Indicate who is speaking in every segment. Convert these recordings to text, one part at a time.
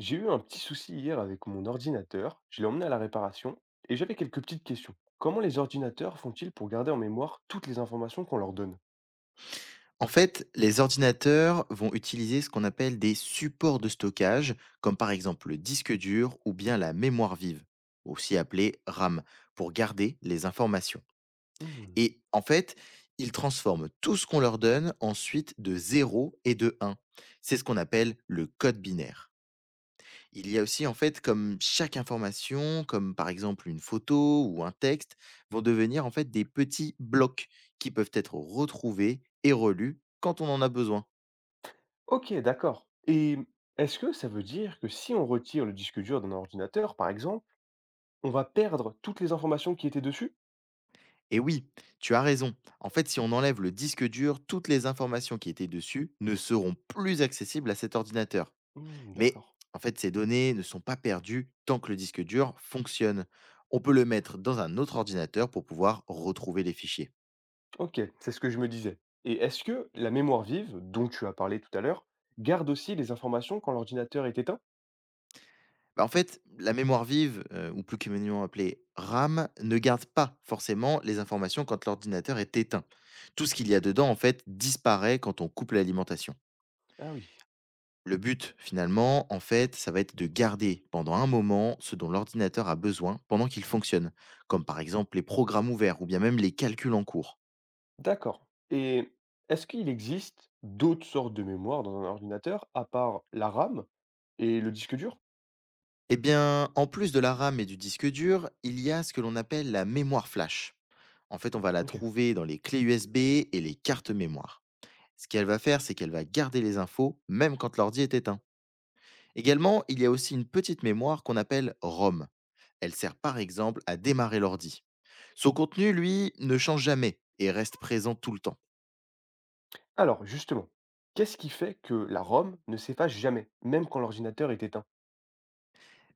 Speaker 1: J'ai eu un petit souci hier avec mon ordinateur, je l'ai emmené à la réparation et j'avais quelques petites questions. Comment les ordinateurs font-ils pour garder en mémoire toutes les informations qu'on leur donne?
Speaker 2: En fait, les ordinateurs vont utiliser ce qu'on appelle des supports de stockage, comme par exemple le disque dur ou bien la mémoire vive, aussi appelée RAM, pour garder les informations.
Speaker 1: Hmm.
Speaker 2: Et en fait, ils transforment tout ce qu'on leur donne ensuite de 0 et de 1. C'est ce qu'on appelle le code binaire. Il y a aussi en fait comme chaque information, comme par exemple une photo ou un texte, vont devenir en fait des petits blocs qui peuvent être retrouvés et relus quand on en a besoin.
Speaker 1: Ok, d'accord. Et est-ce que ça veut dire que si on retire le disque dur d'un ordinateur, par exemple, on va perdre toutes les informations qui étaient dessus?
Speaker 2: Et oui, tu as raison. En fait, si on enlève le disque dur, toutes les informations qui étaient dessus ne seront plus accessibles à cet ordinateur.
Speaker 1: Hmm,
Speaker 2: Mais
Speaker 1: d'accord.
Speaker 2: en fait, ces données ne sont pas perdues tant que le disque dur fonctionne. On peut le mettre dans un autre ordinateur pour pouvoir retrouver les fichiers.
Speaker 1: Ok, c'est ce que je me disais. Et est-ce que la mémoire vive, dont tu as parlé tout à l'heure, garde aussi les informations quand l'ordinateur est éteint?
Speaker 2: Bah, en fait, la mémoire vive, ou plus communément appelée RAM, ne garde pas forcément les informations quand l'ordinateur est éteint. Tout ce qu'il y a dedans, en fait, disparaît quand on coupe l'alimentation.
Speaker 1: Ah oui.
Speaker 2: Le but, finalement, en fait, ça va être de garder pendant un moment ce dont l'ordinateur a besoin pendant qu'il fonctionne, comme par exemple les programmes ouverts ou bien même les calculs en cours.
Speaker 1: D'accord. Et est-ce qu'il existe d'autres sortes de mémoire dans un ordinateur à part la RAM et le disque dur?
Speaker 2: Eh bien, en plus de la RAM et du disque dur, il y a ce que l'on appelle la mémoire flash. En fait, on va la
Speaker 1: Ok.
Speaker 2: trouver dans les clés USB et les cartes mémoire. Ce qu'elle va faire, c'est qu'elle va garder les infos même quand l'ordi est éteint. Également, il y a aussi une petite mémoire qu'on appelle ROM. Elle sert par exemple à démarrer l'ordi. Son contenu, lui, ne change jamais et reste présent tout le temps.
Speaker 1: Alors, justement, qu'est-ce qui fait que la ROM ne s'efface jamais, même quand l'ordinateur est éteint?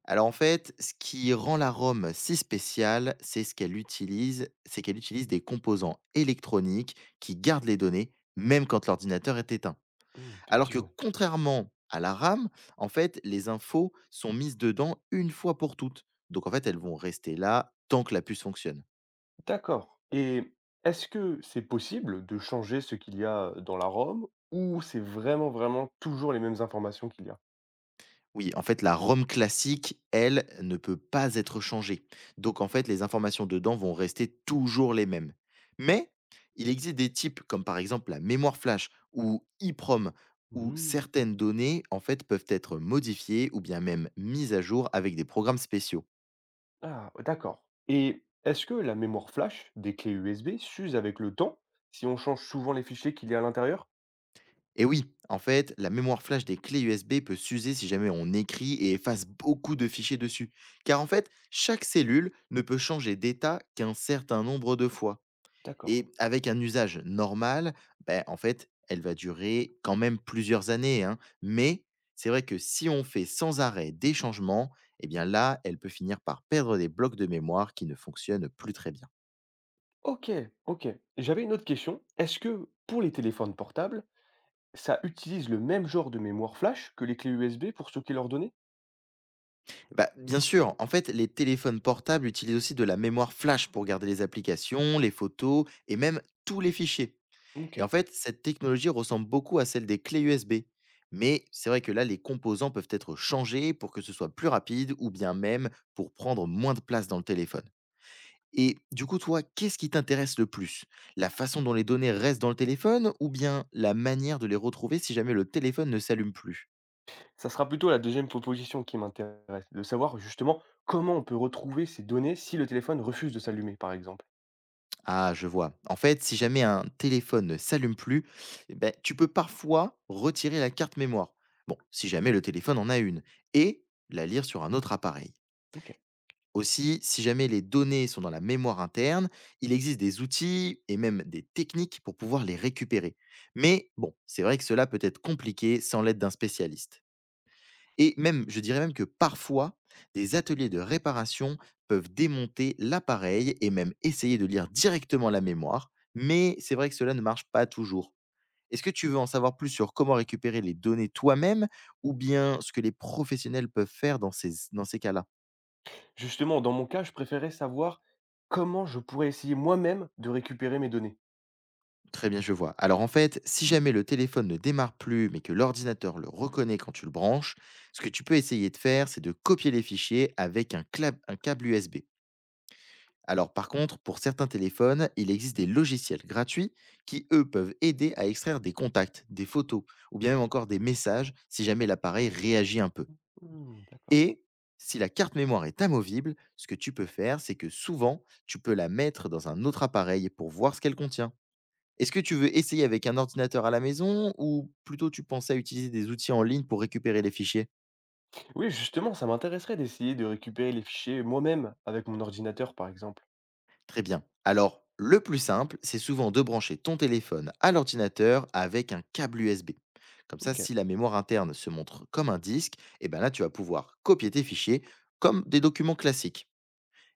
Speaker 2: Alors en fait, ce qui rend la ROM si spéciale, c'est ce qu'elle utilise, c'est qu'elle utilise des composants électroniques qui gardent les données même quand l'ordinateur est éteint.
Speaker 1: Hmm,
Speaker 2: Alors que
Speaker 1: effectivement.
Speaker 2: contrairement à la RAM, en fait, les infos sont mises dedans une fois pour toutes. Donc en fait, elles vont rester là tant que la puce fonctionne.
Speaker 1: D'accord. Et est-ce que c'est possible de changer ce qu'il y a dans la ROM ou c'est vraiment, vraiment toujours les mêmes informations qu'il y a?
Speaker 2: Oui, en fait, la ROM classique, elle, ne peut pas être changée. Donc, en fait, les informations dedans vont rester toujours les mêmes. Mais il existe des types, comme par exemple la mémoire flash ou EEPROM, où
Speaker 1: Hmm.
Speaker 2: certaines données, en fait, peuvent être modifiées ou bien même mises à jour avec des programmes spéciaux.
Speaker 1: Ah, d'accord. Et est-ce que la mémoire flash des clés USB s'use avec le temps si on change souvent les fichiers qu'il y a à l'intérieur?
Speaker 2: Et oui, en fait, la mémoire flash des clés USB peut s'user si jamais on écrit et efface beaucoup de fichiers dessus. Car en fait, chaque cellule ne peut changer d'état qu'un certain nombre de fois.
Speaker 1: D'accord.
Speaker 2: Et avec un usage normal, ben en fait, elle va durer quand même plusieurs années, hein. Mais c'est vrai que si on fait sans arrêt des changements, eh bien là, elle peut finir par perdre des blocs de mémoire qui ne fonctionnent plus très bien.
Speaker 1: Ok, ok. J'avais une autre question. Est-ce que pour les téléphones portables, ça utilise le même genre de mémoire flash que les clés USB pour stocker leurs données?
Speaker 2: Bah, bien sûr, en fait, les téléphones portables utilisent aussi de la mémoire flash pour garder les applications, les photos et même tous les fichiers.
Speaker 1: Ok.
Speaker 2: Et en fait, cette technologie ressemble beaucoup à celle des clés USB. Mais c'est vrai que là, les composants peuvent être changés pour que ce soit plus rapide ou bien même pour prendre moins de place dans le téléphone. Et du coup, toi, qu'est-ce qui t'intéresse le plus? La façon dont les données restent dans le téléphone ou bien la manière de les retrouver si jamais le téléphone ne s'allume plus?
Speaker 1: Ça sera plutôt la deuxième proposition qui m'intéresse, de savoir justement comment on peut retrouver ces données si le téléphone refuse de s'allumer, par exemple.
Speaker 2: Ah, je vois. En fait, si jamais un téléphone ne s'allume plus, eh ben, tu peux parfois retirer la carte mémoire. Bon, si jamais le téléphone en a une. Et la lire sur un autre appareil.
Speaker 1: Ok.
Speaker 2: Aussi, si jamais les données sont dans la mémoire interne, il existe des outils et même des techniques pour pouvoir les récupérer. Mais bon, c'est vrai que cela peut être compliqué sans l'aide d'un spécialiste. Et même, je dirais même que parfois, des ateliers de réparation peuvent démonter l'appareil et même essayer de lire directement la mémoire, mais c'est vrai que cela ne marche pas toujours. Est-ce que tu veux en savoir plus sur comment récupérer les données toi-même ou bien ce que les professionnels peuvent faire dans ces cas-là?
Speaker 1: Justement, dans mon cas, je préférais savoir comment je pourrais essayer moi-même de récupérer mes données.
Speaker 2: Très bien, je vois. Alors en fait, si jamais le téléphone ne démarre plus, mais que l'ordinateur le reconnaît quand tu le branches, ce que tu peux essayer de faire, c'est de copier les fichiers avec un câble USB. Alors par contre, pour certains téléphones, il existe des logiciels gratuits qui, eux, peuvent aider à extraire des contacts, des photos, ou bien même encore des messages si jamais l'appareil réagit un peu.
Speaker 1: Mmh, d'accord.
Speaker 2: Et si la carte mémoire est amovible, ce que tu peux faire, c'est que souvent, tu peux la mettre dans un autre appareil pour voir ce qu'elle contient. Est-ce que tu veux essayer avec un ordinateur à la maison ou plutôt tu pensais à utiliser des outils en ligne pour récupérer les fichiers?
Speaker 1: Oui, justement, ça m'intéresserait d'essayer de récupérer les fichiers moi-même avec mon ordinateur, par exemple.
Speaker 2: Très bien. Alors, le plus simple, c'est souvent de brancher ton téléphone à l'ordinateur avec un câble USB. Comme ça,
Speaker 1: Ok.
Speaker 2: si la mémoire interne se montre comme un disque, et ben là, tu vas pouvoir copier tes fichiers comme des documents classiques.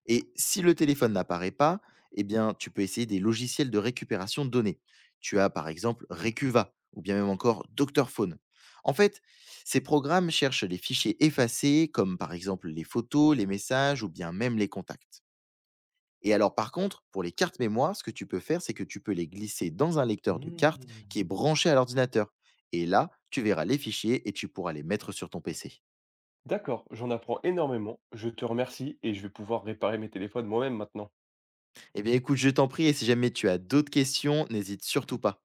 Speaker 2: Et si le téléphone n'apparaît pas, eh bien, tu peux essayer des logiciels de récupération de données. Tu as par exemple Recuva ou bien même encore Docteur Phone. En fait, ces programmes cherchent les fichiers effacés, comme par exemple les photos, les messages ou bien même les contacts. Et alors par contre, pour les cartes mémoire, ce que tu peux faire, c'est que tu peux les glisser dans un lecteur de cartes qui est
Speaker 1: Mmh.
Speaker 2: branché à l'ordinateur. Et là, tu verras les fichiers et tu pourras les mettre sur ton PC.
Speaker 1: D'accord, j'en apprends énormément. Je te remercie et je vais pouvoir réparer mes téléphones moi-même maintenant.
Speaker 2: Eh bien écoute, je t'en prie, et si jamais tu as d'autres questions, n'hésite surtout pas.